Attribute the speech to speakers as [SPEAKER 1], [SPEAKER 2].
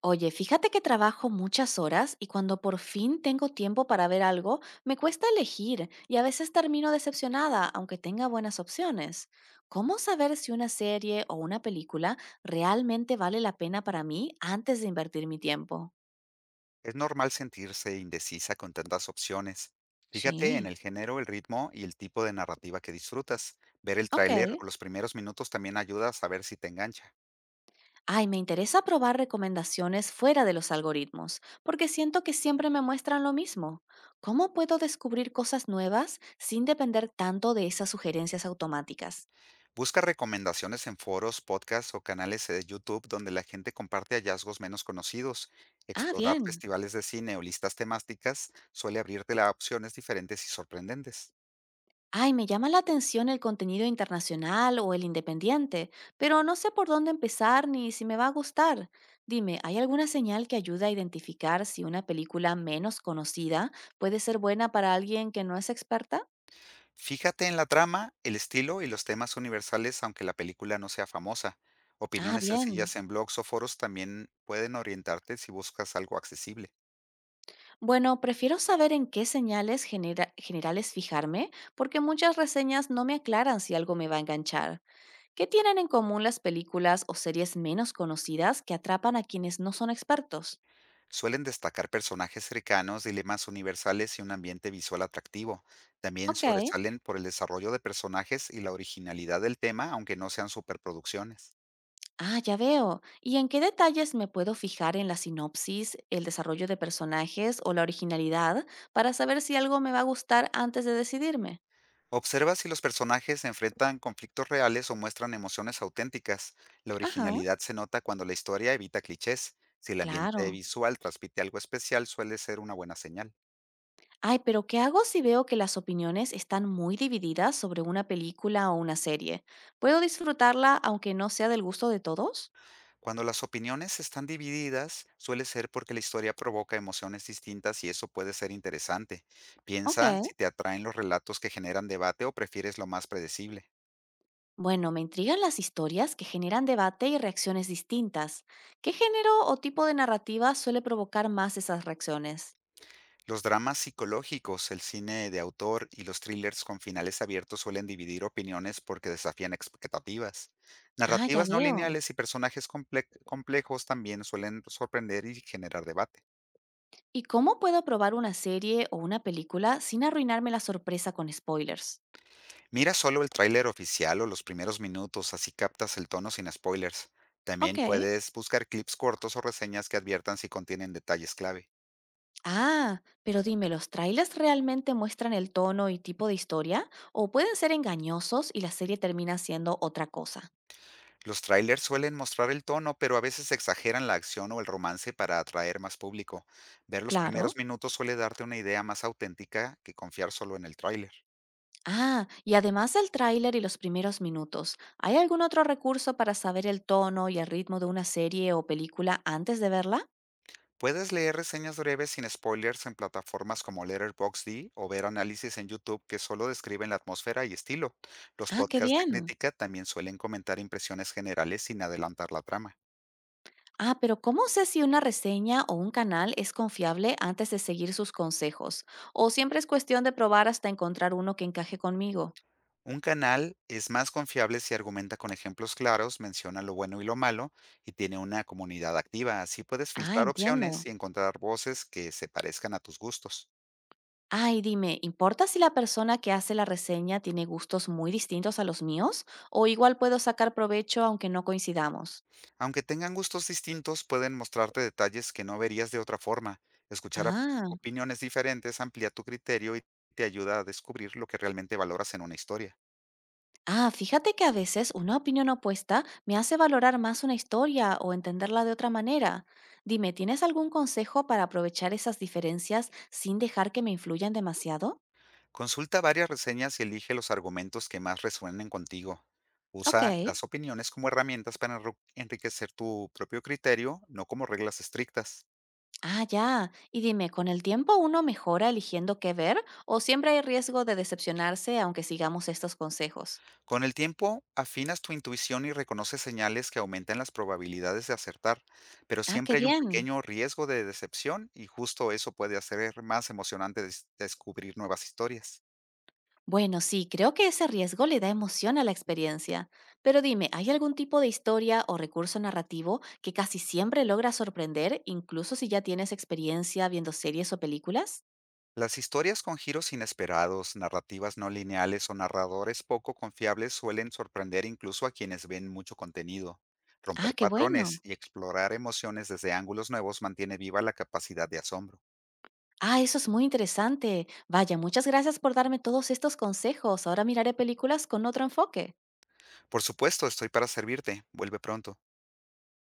[SPEAKER 1] Oye, fíjate que trabajo muchas horas y cuando por fin tengo tiempo para ver algo, me cuesta elegir y a veces termino decepcionada, aunque tenga buenas opciones. ¿Cómo saber si una serie o una película realmente vale la pena para mí antes de invertir mi tiempo?
[SPEAKER 2] Es normal sentirse indecisa con tantas opciones. Fíjate en
[SPEAKER 1] Sí,
[SPEAKER 2] el género, el ritmo y el tipo de narrativa que disfrutas. Ver el
[SPEAKER 1] ok.
[SPEAKER 2] tráiler o los primeros minutos también ayuda a saber si te engancha.
[SPEAKER 1] Ay, me interesa probar recomendaciones fuera de los algoritmos, porque siento que siempre me muestran lo mismo. ¿Cómo puedo descubrir cosas nuevas sin depender tanto de esas sugerencias automáticas?
[SPEAKER 2] Busca recomendaciones en foros, podcasts o canales de YouTube donde la gente comparte hallazgos menos conocidos.
[SPEAKER 1] Ah,
[SPEAKER 2] Explorar
[SPEAKER 1] bien.
[SPEAKER 2] festivales de cine o listas temáticas suele abrirte a opciones diferentes y sorprendentes.
[SPEAKER 1] Ay, me llama la atención el contenido internacional o el independiente, pero no sé por dónde empezar ni si me va a gustar. Dime, ¿hay alguna señal que ayude a identificar si una película menos conocida puede ser buena para alguien que no es experta?
[SPEAKER 2] Fíjate en la trama, el estilo y los temas universales, aunque la película no sea famosa.
[SPEAKER 1] Ah,
[SPEAKER 2] Opiniones
[SPEAKER 1] bien.
[SPEAKER 2] sencillas en blogs o foros también pueden orientarte si buscas algo accesible.
[SPEAKER 1] Bueno, prefiero saber en qué señales generales fijarme, porque muchas reseñas no me aclaran si algo me va a enganchar. ¿Qué tienen en común las películas o series menos conocidas que atrapan a quienes no son expertos?
[SPEAKER 2] Suelen destacar personajes cercanos, dilemas universales y un ambiente visual atractivo. También
[SPEAKER 1] Ok.
[SPEAKER 2] sobresalen por el desarrollo de personajes y la originalidad del tema, aunque no sean superproducciones.
[SPEAKER 1] Ah, ya veo. ¿Y en qué detalles me puedo fijar en la sinopsis, el desarrollo de personajes o la originalidad para saber si algo me va a gustar antes de decidirme?
[SPEAKER 2] Observa si los personajes se enfrentan conflictos reales o muestran emociones auténticas. La
[SPEAKER 1] Ajá.
[SPEAKER 2] originalidad se nota cuando la historia evita clichés. Si el ambiente
[SPEAKER 1] Claro.
[SPEAKER 2] visual transmite algo especial, suele ser una buena señal.
[SPEAKER 1] Ay, pero ¿qué hago si veo que las opiniones están muy divididas sobre una película o una serie? ¿Puedo disfrutarla aunque no sea del gusto de todos?
[SPEAKER 2] Cuando las opiniones están divididas, suele ser porque la historia provoca emociones distintas y eso puede ser interesante.
[SPEAKER 1] Ok.
[SPEAKER 2] Piensa si te atraen los relatos que generan debate o prefieres lo más predecible.
[SPEAKER 1] Bueno, me intrigan las historias que generan debate y reacciones distintas. ¿Qué género o tipo de narrativa suele provocar más esas reacciones?
[SPEAKER 2] Los dramas psicológicos, el cine de autor y los thrillers con finales abiertos suelen dividir opiniones porque desafían expectativas.
[SPEAKER 1] Ah, ya
[SPEAKER 2] Narrativas no
[SPEAKER 1] veo.
[SPEAKER 2] lineales y personajes complejos también suelen sorprender y generar debate.
[SPEAKER 1] ¿Y cómo puedo probar una serie o una película sin arruinarme la sorpresa con spoilers?
[SPEAKER 2] Mira solo el tráiler oficial o los primeros minutos, así captas el tono sin spoilers.
[SPEAKER 1] Ok.
[SPEAKER 2] También puedes buscar clips cortos o reseñas que adviertan si contienen detalles clave.
[SPEAKER 1] Ah, pero dime, ¿los trailers realmente muestran el tono y tipo de historia? ¿O pueden ser engañosos y la serie termina siendo otra cosa?
[SPEAKER 2] Los trailers suelen mostrar el tono, pero a veces exageran la acción o el romance para atraer más público. Ver los primeros
[SPEAKER 1] Claro.
[SPEAKER 2] minutos suele darte una idea más auténtica que confiar solo en el tráiler.
[SPEAKER 1] Ah, y además del tráiler y los primeros minutos, ¿hay algún otro recurso para saber el tono y el ritmo de una serie o película antes de verla?
[SPEAKER 2] Puedes leer reseñas breves sin spoilers en plataformas como Letterboxd o ver análisis en YouTube que solo describen la atmósfera y estilo. Los
[SPEAKER 1] Ah, qué
[SPEAKER 2] podcasts de
[SPEAKER 1] bien.
[SPEAKER 2] crítica también suelen comentar impresiones generales sin adelantar la trama.
[SPEAKER 1] Ah, pero ¿cómo sé si una reseña o un canal es confiable antes de seguir sus consejos? ¿O siempre es cuestión de probar hasta encontrar uno que encaje conmigo?
[SPEAKER 2] Un canal es más confiable si argumenta con ejemplos claros, menciona lo bueno y lo malo y tiene una comunidad activa. Así puedes
[SPEAKER 1] Ah,
[SPEAKER 2] filtrar opciones
[SPEAKER 1] entiendo.
[SPEAKER 2] y encontrar voces que se parezcan a tus gustos.
[SPEAKER 1] Ay, dime, ¿importa si la persona que hace la reseña tiene gustos muy distintos a los míos? ¿O igual puedo sacar provecho aunque no coincidamos?
[SPEAKER 2] Aunque tengan gustos distintos, pueden mostrarte detalles que no verías de otra forma. Escuchar
[SPEAKER 1] Ah.
[SPEAKER 2] opiniones diferentes amplía tu criterio y te ayuda a descubrir lo que realmente valoras en una historia.
[SPEAKER 1] Ah, fíjate que a veces una opinión opuesta me hace valorar más una historia o entenderla de otra manera. Dime, ¿tienes algún consejo para aprovechar esas diferencias sin dejar que me influyan demasiado?
[SPEAKER 2] Consulta varias reseñas y elige los argumentos que más resuenen contigo.
[SPEAKER 1] Ok.
[SPEAKER 2] Usa las opiniones como herramientas para enriquecer tu propio criterio, no como reglas estrictas.
[SPEAKER 1] Ah, ya. Y dime, ¿con el tiempo uno mejora eligiendo qué ver o siempre hay riesgo de decepcionarse aunque sigamos estos consejos?
[SPEAKER 2] Con el tiempo, afinas tu intuición y reconoces señales que aumentan las probabilidades de acertar, pero
[SPEAKER 1] Ah, qué
[SPEAKER 2] siempre hay un
[SPEAKER 1] bien.
[SPEAKER 2] pequeño riesgo de decepción y justo eso puede hacer más emocionante descubrir nuevas historias.
[SPEAKER 1] Bueno, sí, creo que ese riesgo le da emoción a la experiencia. Pero dime, ¿hay algún tipo de historia o recurso narrativo que casi siempre logra sorprender, incluso si ya tienes experiencia viendo series o películas?
[SPEAKER 2] Las historias con giros inesperados, narrativas no lineales o narradores poco confiables suelen sorprender incluso a quienes ven mucho contenido.
[SPEAKER 1] Ah,
[SPEAKER 2] Romper
[SPEAKER 1] qué
[SPEAKER 2] patrones
[SPEAKER 1] bueno.
[SPEAKER 2] y explorar emociones desde ángulos nuevos mantiene viva la capacidad de asombro.
[SPEAKER 1] Ah, eso es muy interesante. Vaya, muchas gracias por darme todos estos consejos. Ahora miraré películas con otro enfoque.
[SPEAKER 2] Por supuesto, estoy para servirte. Vuelve pronto.